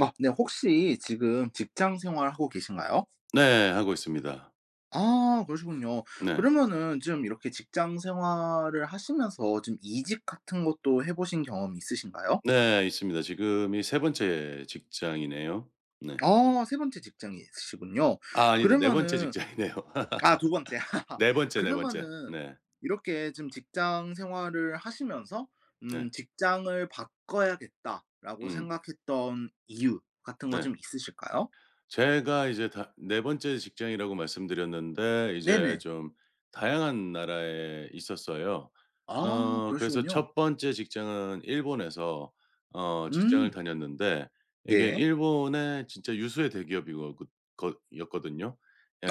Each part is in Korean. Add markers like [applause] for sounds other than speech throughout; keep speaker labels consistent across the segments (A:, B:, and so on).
A: 아 네. 혹시 지금 직장 생활하고 계신가요?
B: 네. 하고 있습니다.
A: 아 그러시군요.
B: 네.
A: 그러면은 좀 이렇게 직장 생활을 하시면서 좀 이직 같은 것도 해 보신 경험이 있으신가요?
B: 네. 있습니다. 지금이 세 번째 직장이네요. 네.
A: 아 세 번째 직장이 있으시군요.
B: 아 아니다. 네 번째
A: 그러면은
B: 직장이네요.
A: 아 두
B: [laughs]
A: 번째. [laughs]
B: 네 번째, 네 번째.
A: 그러면은
B: 네.
A: 이렇게 좀 직장 생활을 하시면서
B: 네.
A: '직장을 바꿔야겠다.'라고
B: 음.
A: 생각했던 이유 같은 거
B: 네.
A: 좀 있으실까요?
B: 제가 이제 다 네 번째 직장이라고 말씀드렸는데 이제
A: 네네.
B: 좀 다양한 나라에 있었어요.
A: 아
B: 그래서
A: 그러시군요.
B: 첫 번째 직장은 일본에서 직장을
A: 음.
B: 다녔는데 이게
A: 네.
B: 일본의 진짜 유수의 대기업이었거든요.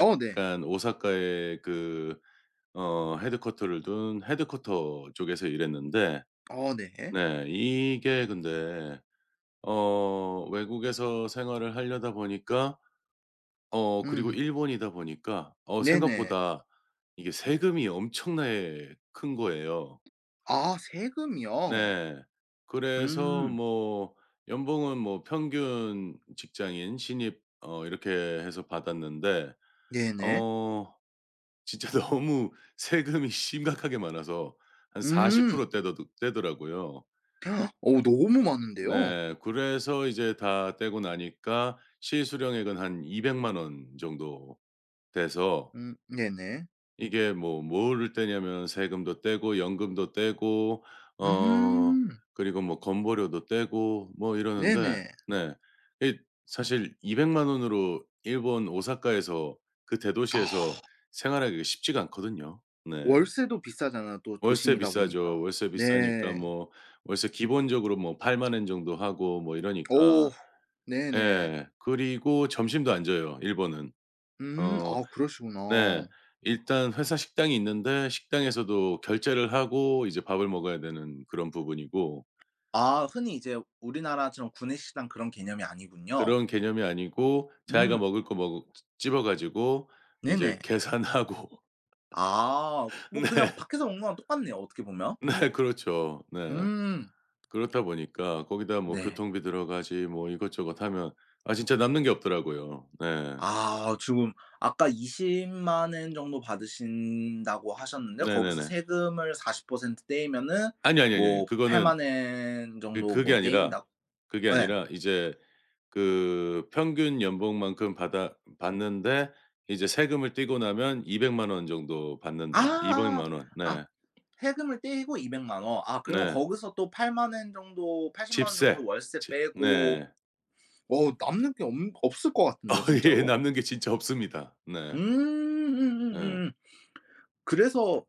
A: 어 네.
B: 오사카에 헤드쿼터를 둔 헤드쿼터 쪽에서 일했는데
A: 어 네.
B: 네, 이게 근데 외국에서 생활을 하려다 보니까 그리고
A: 음.
B: 일본이다 보니까
A: 네네.
B: 생각보다 이게 세금이 엄청나게 큰 거예요.
A: 아 세금이요?
B: 네. 그래서
A: 음.
B: 뭐 연봉은 뭐 평균 직장인 신입 이렇게 해서 받았는데
A: 네네.
B: 어 진짜 [laughs] 너무 세금이 심각하게 많아서 한
A: 음.
B: 40% 떼더라고요.
A: 어 너무 많은데요.
B: 네. 그래서 이제 다 떼고 나니까 실수령액은 한 2 0 0원 정도 돼서
A: 네네.
B: 이게 뭐 뭐를 떼냐면 세금도 떼고 연금도 떼고 어
A: 음.
B: 그리고 뭐 건보료도 떼고 뭐 이러는데
A: 네네.
B: 네. 이, 사실 2 0 0만 원으로 일본 오사카에서 그 대도시에서
A: 아
B: 생활하기가 쉽지가 않거든요. 네.
A: 월세도 비싸잖아요, 또
B: 월세
A: 도심이다
B: 비싸죠.
A: 보니까.
B: 월세 비싸니까
A: 네.
B: 뭐 월세 기본적으로 뭐8만엔 정도 하고 뭐
A: 어
B: 이러니까.
A: 네네.
B: 예. 그리고 점심도 안 줘요 일본은.
A: 음.
B: 어.
A: 아
B: 네.
A: 그러시구나.
B: 일단 회사 식당이 있는데 식당에서도 결제를 하고 이제 밥을 먹어야 되는 그런 부분이고
A: 아 흔히 이제 우리나라처럼 구내식당 그런 개념이 아니군요.
B: 그런 개념이 아니고 자기가
A: 음.
B: 먹을 거 먹 집어 가지고 이제
A: 네네.
B: 계산하고
A: 아
B: [laughs] 네.
A: 뭐 그냥 밖에서 먹는 거랑 똑같네요, 어떻게 보면.
B: 네 그렇죠. 네.
A: 음.
B: 그렇다 보니까 거기다 뭐
A: 네.
B: 교통비 들어가지 뭐 이것저것 하면 아 진짜 남는 게 없더라고요. 네.
A: 아 지금 아까 2 0만엔 정도 받으신다고 하셨는데 거기서
B: 네네네.
A: 세금을 40% 떼이면은
B: 아니요, 아니요, 아니요. 아니요.
A: 뭐8
B: 그거는
A: 만엔
B: 그
A: 정도
B: 그게
A: 뭐
B: 아니라
A: 떼인다.
B: 그게
A: 예.
B: 아니라 이제 그 평균 연봉만큼 받아 받는데 이제 세금을 떼고 나면 2 0 0원 정도 받는다. 2 0
A: 아.
B: 0 원.
A: 아
B: 네.
A: 세금을 떼이고 2 0 0 원. 아 그러면
B: 네.
A: 거기서 또 8 0엔 정도, 팔십만 원 정도
B: 집세.
A: 월세
B: 집
A: 빼고
B: 네.
A: 어 남는 게 없 없을 것
B: [laughs] 어
A: 같은데요
B: 예.
A: 진짜로?
B: 남는 게 진짜 없습니다. 네. 예.
A: 음음음음. 그래서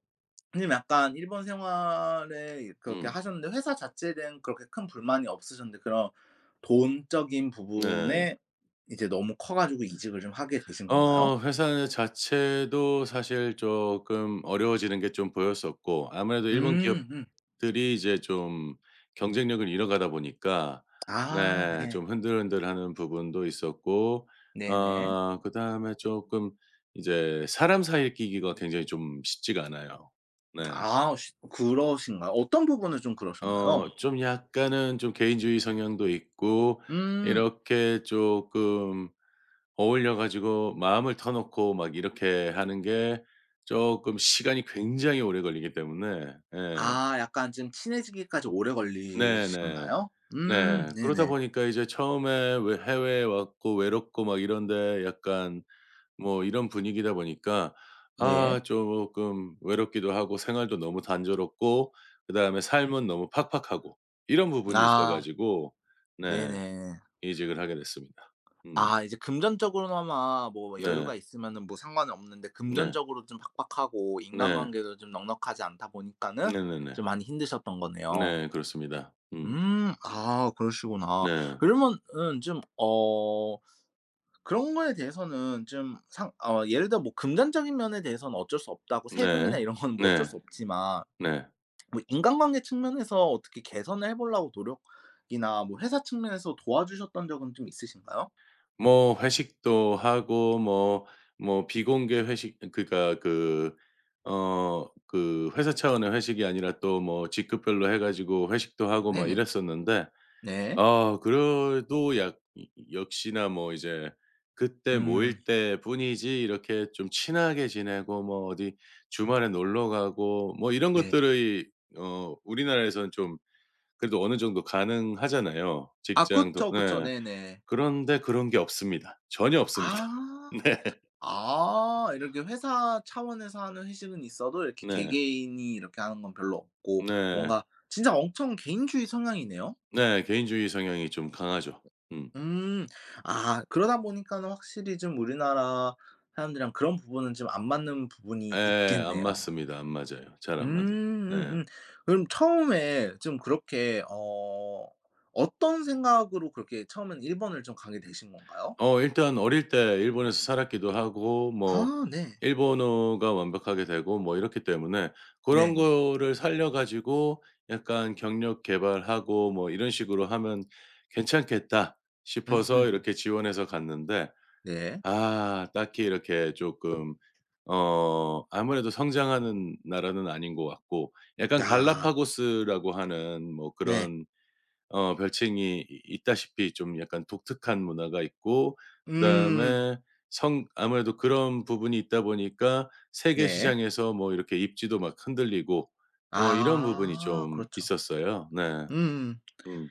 A: 선생님 약간 일본 생활에 그렇게
B: 음.
A: 하셨는데 회사 자체에 대한 그렇게 큰 불만이 없으셨는데 그런 돈적인
B: 네.
A: 부분에 이제 너무 커 가지고 이직을 좀 하게 되신 건가요?
B: 회사 자체도 사실 조금 어려워지는 게 좀 보였었고 아무래도 일본
A: 음 음.
B: 기업들이 이제 좀 경쟁력을 잃어가다 보니까
A: 아
B: 네,
A: 네.
B: 좀 흔들흔들하는 부분도 있었고
A: 네네.
B: 그다음에 조금 이제 사람 사이 끼기가 굉장히 좀 쉽지가 않아요. 네.
A: 아 시 그러신가요? 어떤 부분을 좀 그러셨나요?
B: 좀 약간은 좀 개인주의 성향도 있고
A: 음.
B: 이렇게 조금 어울려 가지고 마음을 터놓고 막 이렇게 하는 게 쪼끔 시간이 굉장히 오래 걸리기 때문에 예.
A: 아 약간 좀 친해지기까지 오래
B: 네네.
A: 걸리셨나요?
B: 네. 그러다
A: 네네.
B: 보니까 이제 처음에 왜 해외에 왔고 외롭고 막 이런데 약간 뭐 이런 분위기다 보니까
A: 네.
B: 아 쪼끔 외롭기도 하고 생활도 너무 단조롭고 그다음에 삶은 너무 팍팍하고 이런 부분이 있어
A: 아
B: 가지고 네,
A: 네네.
B: 이직을 하게 됐습니다. 음.
A: 아 이제 금전적으로나마 뭐 뭐
B: 네.
A: 여유가 있으면은 뭐 상관은 없는데
B: 네.
A: 금전적으로 좀 팍팍하고
B: 네.
A: 인간관계도 좀 넉넉하지 않다 보니까는
B: 네네네.
A: 좀 많이 힘드셨던 거네요.
B: 네 그렇습니다. 음.
A: 음. 아 그러시구나.
B: 네.
A: 그러면은 좀 어 그런 거에 대해서는 좀 상 어 예를 들어 뭐 금전적인 면에 대해서는 어쩔 수 없다고,
B: 네.
A: 세금이나 이런 거는 뭐 어쩔
B: 네.
A: 수 없지만
B: 네.
A: 뭐 인간관계 측면에서 어떻게 개선을 해 보려고 노력이나 뭐 회사 측면에서 도와주셨던 적은 좀 있으신가요?
B: 뭐 회식도 하고 뭐 뭐 비공개 회식 그러니까 그 회사 차원의 회식이 아니라 또 뭐 직급별로 해 가지고 회식도 하고 막
A: 네네.
B: 이랬었는데
A: 네.
B: 아 그래도 약 역시나 뭐 이제 그때
A: 음.
B: 모일 때뿐이지 이렇게 좀 친하게 지내고 뭐 어디 주말에 놀러 가고 뭐 이런
A: 네.
B: 것들의 우리나라에서는 좀 그래도 어느 정도 가능하잖아요.
A: 아
B: 직장도,
A: 그쵸, 그쵸.
B: 네.
A: 네네.
B: 그런데 그런 게 없습니다. 전혀 없습니다.
A: 아.
B: [laughs] 네.
A: 아 이렇게 회사 차원에서 하는 회식은 있어도 이렇게
B: 네.
A: 개개인이 이렇게 하는 건 별로 없고,
B: 네.
A: 뭔가 진짜 엄청 개인주의 성향이네요.
B: 네. 개인주의 성향이 좀 강하죠. 음.
A: 음. 아 그러다 보니까는 확실히 좀 우리나라 사람들이랑 그런 부분은 좀 안 맞는 부분이
B: 예. 안
A: 있겠네요.
B: 맞습니다. 안 맞아요. 잘 안 맞아요. 네.
A: 음음음. 그럼 처음에 좀 그렇게 어 어떤 생각으로 그렇게 처에 일본을 좀 가게 되신 건가요?
B: 일단 어릴 때 일본에서 살았기도 하고 뭐
A: 아 네.
B: 일본어가 완벽하게 되고 뭐 이렇기 때문에 그런
A: 네네.
B: 거를 살려 가지고 약간 '경력 개발하고 뭐 이런 식으로 하면 괜찮겠다.' 싶어서
A: 음
B: 이렇게 지원해서 갔는데
A: 네.
B: 아 딱히 이렇게 조금 아무래도 성장하는 나라는 아닌 것 같고 약간
A: 아
B: 갈라파고스라고 하는 뭐
A: 네.
B: 그런 별칭이 이 있다시피 좀 약간 독특한 문화가 있고
A: 음
B: 그다음에 성 아무래도 그런 부분이 있다 보니까 세계
A: 네.
B: 시장에서 뭐 이렇게 입지도 막 흔들리고 뭐 이런 부분이
A: 아
B: 좀
A: 그렇죠.
B: 있었어요. 네.
A: 음.
B: 음.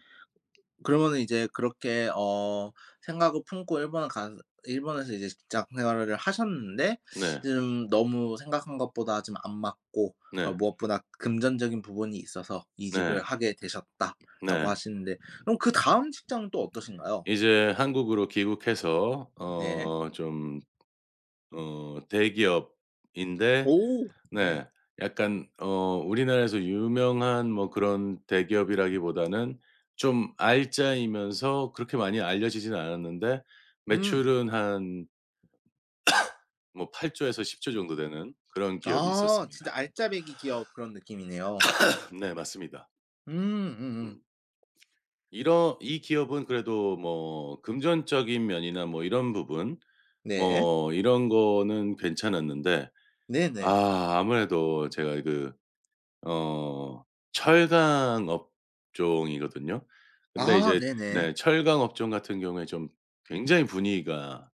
A: 그러면은 이제 그렇게 어 생각을 품고 일본가 일본에서 이제 직장 생활을 하셨는데
B: 네.
A: 지금 너무 생각한 것보다 좀 안 맞고 어
B: 네.
A: 무엇보다 금전적인 부분이 있어서
B: 네.
A: 이직을 하게 되셨다라고
B: 네.
A: 하시는데 그럼 그다음 직장은 또 어떠신가요?
B: 이제 한국으로 귀국해서
A: 네.
B: 어좀 대기업인데
A: 오. 네.
B: 네, 약간 우리나라에서 유명한 뭐 그런 대기업이라기보다는 좀 알짜이면서 그렇게 많이 알려지진 않았는데
A: 음.
B: 매출은 한 뭐 8 에서 10 정도 되는 그런 기업이
A: 아
B: 있었습니다.
A: 진짜 알짜배기 기업 그런 느낌이네요.
B: [laughs] 네 맞습니다.
A: 음음.
B: 음. 이런 이 기업은 그래도 뭐 금전적인 면이나 뭐 이런 부분
A: 네.
B: 뭐 이런 거는 괜찮았는데
A: 네네.
B: 아 아무래도 제가 어 철강 업종이거든요. 근데
A: 아
B: 이제
A: 네네.
B: 네, 철강 업종 같은 경우에 좀 굉장히 분위기가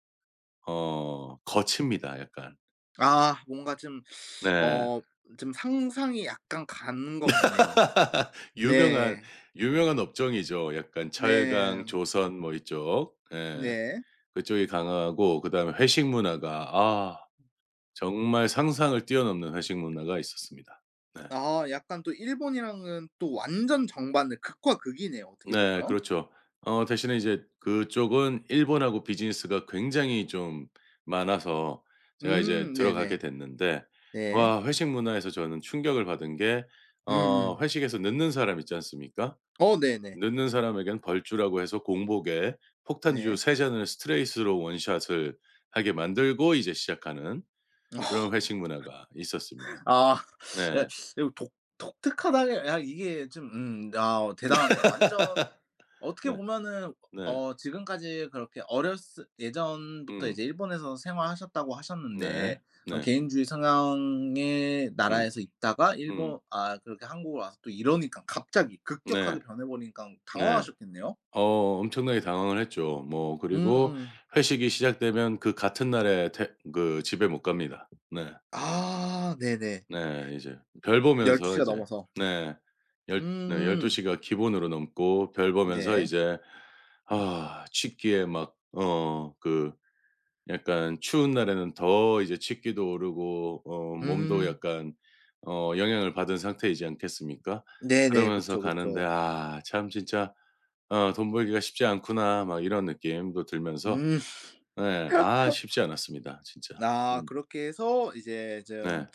B: 거칩니다 약간.
A: 아 뭔가 좀
B: 네.
A: 어 좀 상상이 약간 가는 것 같네요.
B: [laughs] 유명한
A: 네.
B: 유명한 업종이죠. 약간
A: 네.
B: 철강, 조선 뭐 이쪽. 예.
A: 네.
B: 그쪽이 강하고 그다음에 회식 문화가 아 정말 상상을 뛰어넘는 회식 문화가 있었습니다. 네.
A: 아 약간 또 일본이랑은 또 완전 정반대, 극과 극이네요, 어떻게
B: 네
A: 보면.
B: 그렇죠. 대신에 이제 그쪽은 일본하고 비즈니스가 굉장히 좀 많아서 제가 이제 들어가게
A: 네네.
B: 됐는데
A: 네.
B: 와 회식 문화에서 저는 충격을 받은 게
A: 음음.
B: 회식에서 늦는 사람 있지 않습니까?
A: 어 네네.
B: 늦는 사람에겐 벌주라고 해서 공복에 폭탄주
A: 네.
B: 세 잔을 스트레이스로 원샷을 하게 만들고 이제 시작하는 그런
A: [laughs]
B: 회식 문화가 있었습니다.
A: 아 네,
B: 네.
A: 이거 독 독특하다 이게 좀 아 대단하네요, 완전
B: [laughs]
A: 어떻게
B: 네.
A: 보면은.
B: 네.
A: 어 지금까지 그렇게 어렸을 예전부터
B: 음.
A: 이제 일본에서 생활하셨다고
B: 네.
A: 하셨는데 그럼
B: 네.
A: 개인주의 성향의
B: 음.
A: 나라에서 있다가
B: 음.
A: 일본, 아 그렇게 한국으로 와서 또 이러니까 갑자기 급격하게
B: 네.
A: 변해 버리니까
B: 네.
A: 당황하셨겠네요?
B: 어 엄청나게 당황을 했죠. 뭐 그리고
A: 음음.
B: 회식이 시작되면 그 같은 날에 퇴 그 집에 못 갑니다. 네.
A: 아 네네.
B: 네. 이제 별
A: 12
B: 보면서
A: 시가
B: 이제
A: 넘어서.
B: 네. 열 네 12
A: 음.
B: 시가 기본으로 넘고 별 보면서
A: 네.
B: 이제 아 취기에 막어그 약간 추운 날에는 더 이제 치기도 오르고 몸도
A: 음.
B: 약간 영향을 받은 상태이지 않겠습니까?
A: 네네.
B: 그러면서
A: 그쵸,
B: 가는데
A: 그쵸.
B: '아 참 진짜 돈 벌기가 쉽지 않구나.' 막 이런 느낌도 들면서
A: 음.
B: 네, 아 쉽지 않았습니다 진짜.
A: 아
B: 음.
A: 그렇게 해서 이제
B: 네.
A: 좀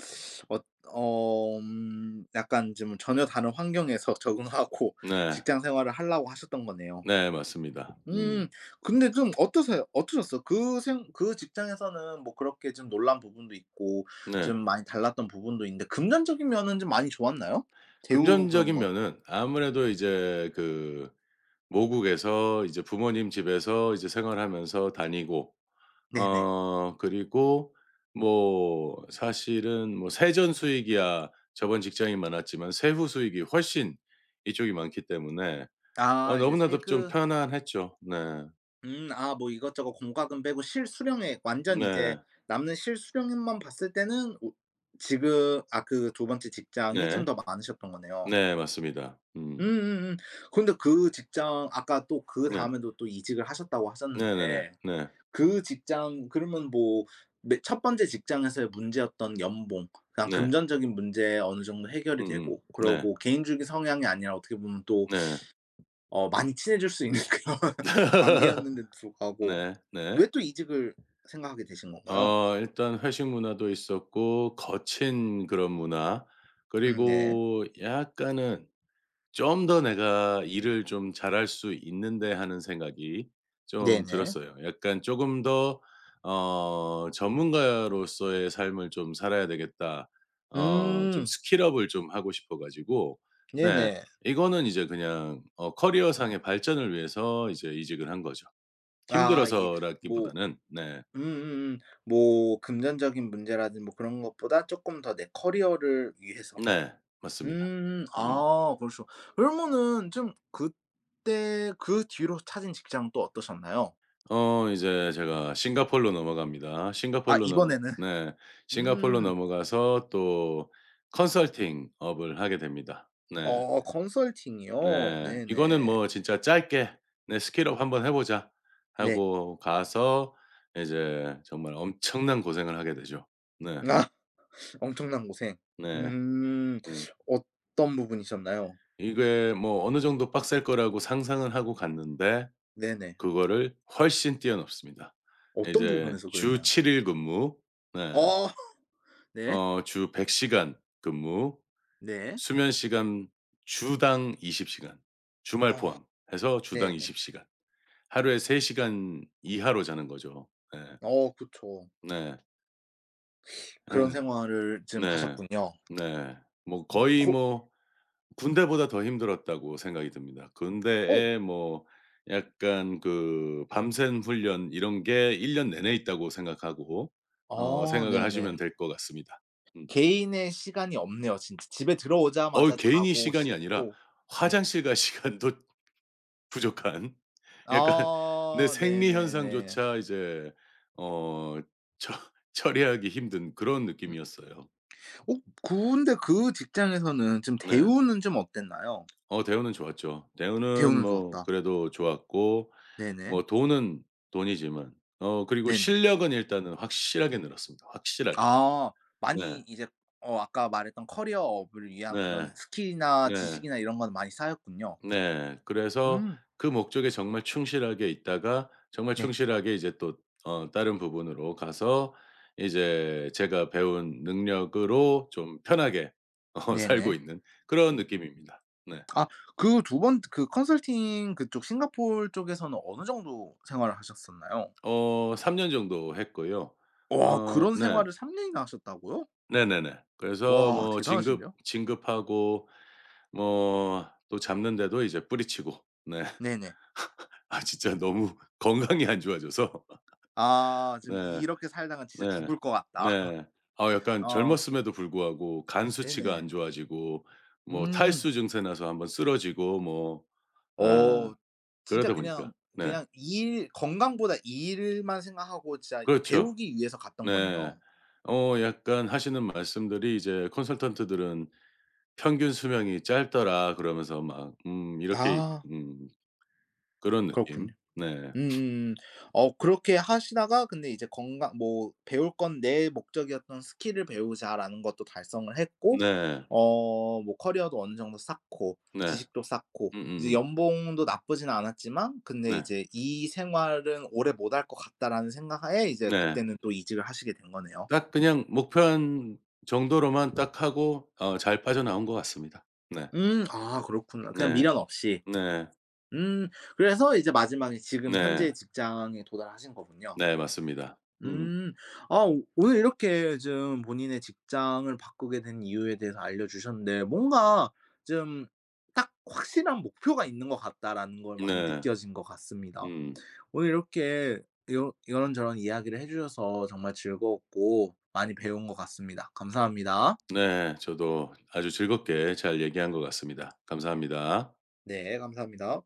A: 어 어, 약간 좀 전혀 다른 환경에서 [laughs] 적응하고
B: 네.
A: 직장 생활을 하려고 하셨던 거네요.
B: 네 맞습니다. 음.
A: 음. 근데 좀 어떠세요? 어떠셨어요? 그 생 그 직장에서는 뭐 그렇게 좀 놀란 부분도 있고
B: 네.
A: 좀 많이 달랐던 부분도 있는데, 금전적인 면은 좀 많이 좋았나요? 대우 그런
B: 금전적인
A: 건.
B: 면은 아무래도 이제 그 모국에서 이제 부모님 집에서 이제 생활하면서 다니고
A: 네네.
B: 그리고 뭐 사실은 뭐 세전 수익이야 저번 직장이 많았지만 세후 수익이 훨씬 이쪽이 많기 때문에
A: 아 이제
B: 너무나도 좀
A: 세금
B: 편안했죠. 네.
A: 아 뭐 이것저것 공과금 빼고 실수령액 완전 이제
B: 네.
A: 남는 실수령액만 봤을 때는 오 지금 아 그 두 번째 직장이
B: 네.
A: 좀 더 많으셨던 거네요.
B: 네 맞습니다. 음.
A: 음음음. 근데 그 직장 아까 또
B: 네.
A: 그다음에도 또 이직을 하셨다고
B: 네네네.
A: 하셨는데
B: 네.
A: 그 직장 그러면 뭐 매 첫 번째 직장에서의 문제였던 연봉, 그냥
B: 네.
A: 금전적인 문제 어느 정도 해결이
B: 음음.
A: 되고
B: 네.
A: 그러고 개인주기 성향이 아니라 어떻게 보면 또
B: 네.
A: 어 많이 친해질 수 있는 [laughs] 그런 관계였는데도
B: [laughs]
A: 불구하고
B: 네. 네.
A: 왜 또 이직을 생각하게 되신 건가요?
B: 일단 회식 문화도 있었고 거친 그런 문화
A: 네.
B: 그리고 약간은 좀 더 내가 일을 좀 잘할 수 있는데 하는 생각이 좀
A: 네네.
B: 들었어요. 약간 조금 더 '전문가로서의 삶을 좀 살아야 되겠다.' 좀
A: 음.
B: 스킬업을 좀 하고 싶어 가지고 네,
A: 네네.
B: 이거는 이제 그냥 커리어상의 발전을 위해서 이제 이직을 한 거죠.
A: 아 이게 뭐
B: 힘들어서라기보다는 네.
A: 음음음. 뭐 금전적인 문제라든지 뭐 그런 것보다 쪼끔 더 내 커리어를 위해서.
B: 네. 맞습니다.
A: 음.
B: 음.
A: 아 그러시구 그러면은 좀 그때 그 뒤로 찾은 직장은 또 어떠셨나요?
B: 이제 제가 싱가포르로 넘어갑니다.
A: 아
B: 싱가포르로 넘어
A: 이번에는.
B: 네. 싱가포르로
A: 음.
B: 넘어가서 또 컨설팅 업을 하게 됩니다. 네.
A: 어 컨설팅이요?
B: 네. 이거는
A: 네네.
B: 뭐 진짜 짧게 네, '스킬업 한번 해 보자.'
A: 네.
B: 하고 가서 이제 정말 엄청난 고생을 하게 되죠. 네.
A: 아 [laughs] 엄청난 고생.
B: 네.
A: 음.
B: 음.
A: 어떤 부분이셨나요?
B: 이게 뭐 어느 정도 빡셀 거라고 상상은 하고 갔는데
A: 네네.
B: 그거를 훨씬 뛰어넘습니다.
A: 어떤
B: 이제
A: 부분에서
B: 주
A: 그랬나요?
B: 7일 근무. 네.
A: 어. 네.
B: 주 100 시간 근무,
A: 네.
B: 수면 시간 주당 20 시간, 주말
A: 아
B: 포함해서 주당
A: 네네.
B: 20 시간. 하루에 3 시간 이하로 자는 거죠. 네,
A: 어 그쵸.
B: 네.
A: 그런
B: 예.
A: 생활을 좀
B: 네.
A: 하셨군요.
B: 네. 뭐
A: 고
B: 거의 뭐 군대보다 더 힘들었다고 생각이 듭니다.
A: 어
B: 군대에 뭐 약간 그 밤샘 훈련 이런 게 1년 내내 있다고 생각하고
A: 어
B: 생각을
A: 네네.
B: 하시면 될 것 같습니다. 음.
A: 개인의 시간이 없네요 진짜. 집에 들어오자마자
B: 개인이
A: 자고
B: 시간이 아니라
A: 씻고. 네.
B: 화장실 갈 [laughs] 시간도 부족한 약간 내
A: 아
B: 생리
A: 네네네.
B: 현상조차 이제 어 처 처리하기 힘든 그런
A: 음.
B: 느낌이었어요.
A: 어 근데 그 직장에서는 좀
B: 네.
A: 대우는 좀 어땠나요?
B: 대우는 좋았죠. 대우는
A: 대우는
B: 뭐
A: 좋았다.
B: 그래도 좋았고
A: 네네.
B: 뭐 돈은 돈이지만 그리고
A: 네네.
B: 실력은 일단은 확실하게 늘었습니다, 확실하게.
A: 아
B: 네.
A: 많이 이제 어 아까 말했던 커리어 업을 위한 그런
B: 네.
A: 스킬이나
B: 네.
A: 지식이나 이런 건 많이 쌓였군요.
B: 네. 그래서
A: 음.
B: 그 목적에 정말 충실하게 있다가 정말
A: 네.
B: 충실하게 이제 또 다른 부분으로 가서 이제 제가 배운 능력으로 좀 편하게 [laughs] 살고
A: 네네.
B: 있는 그런 느낌입니다. 네.
A: 아 그 두 번 그 컨설팅 그쪽 싱가포르 쪽에서는 어느 정도 생활을 하셨었나요?
B: 3 년 정도 했고요.
A: 와 그런
B: 네.
A: 생활을 3 년이나 하셨다고요?
B: 네네네. 그래서
A: 와
B: 뭐 진급
A: 대단하신데요.
B: 진급하고 뭐 또 잡는데도 이제 뿌리치고 네.
A: 네네.
B: [laughs] 아 진짜 너무 [laughs] 건강이 안 좋아져서
A: 아 지금
B: 네.
A: 이렇게 살다간 진짜
B: 네.
A: 죽을 것 같다.
B: 네. 아
A: [laughs]
B: 약간
A: 어
B: 젊었음에도 불구하고 간 수치가 안
A: 네네.
B: 좋아지고 뭐
A: 음.
B: 탈수 증세 나서 한번 쓰러지고 뭐 예.
A: 어 진짜
B: 그러다 보니까
A: 그냥,
B: 네.
A: 그냥 일 건강보다 일만 생각하고 진짜
B: 그렇죠.
A: 배우기 위해서 갔던
B: 네.
A: 거네요.
B: 약간 하시는 말씀들이 이제 "컨설턴트들은 평균 수명이 짧더라." 그러면서 막 이렇게
A: 아
B: 그런 느낌.
A: 그렇군요.
B: 네.
A: 음 어 그렇게 하시다가 근데 이제 건강 뭐 '배울 건 내 목적이었던 스킬을 배우자.'라는 것도 달성을 했고
B: 네.
A: 어 뭐 커리어도 어느 정도 쌓고
B: 네.
A: 지식도 쌓고 이제
B: 음음음.
A: 연봉도 나쁘지는 않았지만 근데
B: 네.
A: 이제 '이 생활은 오래 못할 것 같다.'라는 생각하에 이제
B: 네.
A: 그때는 또 이직을 하시게 된 거네요.
B: 딱 그냥 목표한 정도로만 딱 하고 잘 빠져나온 것 같습니다. 네.
A: 음. 아 그렇구나. 그냥
B: 네.
A: 미련 없이.
B: 네.
A: 음. 그래서 이제 마지막에 지금
B: 네.
A: 현재 직장에 도달하신 거군요.
B: 네. 맞습니다. 음.
A: 음. 오늘 이렇게 좀 본인의 직장을 바꾸게 된 이유에 대해서 알려주셨는데 뭔가 좀 딱 확실한 목표가 있는 것 같다라는 걸 많이
B: 네.
A: 느껴진 것 같습니다.
B: 음.
A: 오늘 이렇게 요 이런저런 이야기를 해 주셔서 정말 즐거웠고 많이 배운 것 같습니다. 감사합니다.
B: 네. 저도 아주 즐겁게 잘 얘기한 것 같습니다. 감사합니다.
A: 네 감사합니다.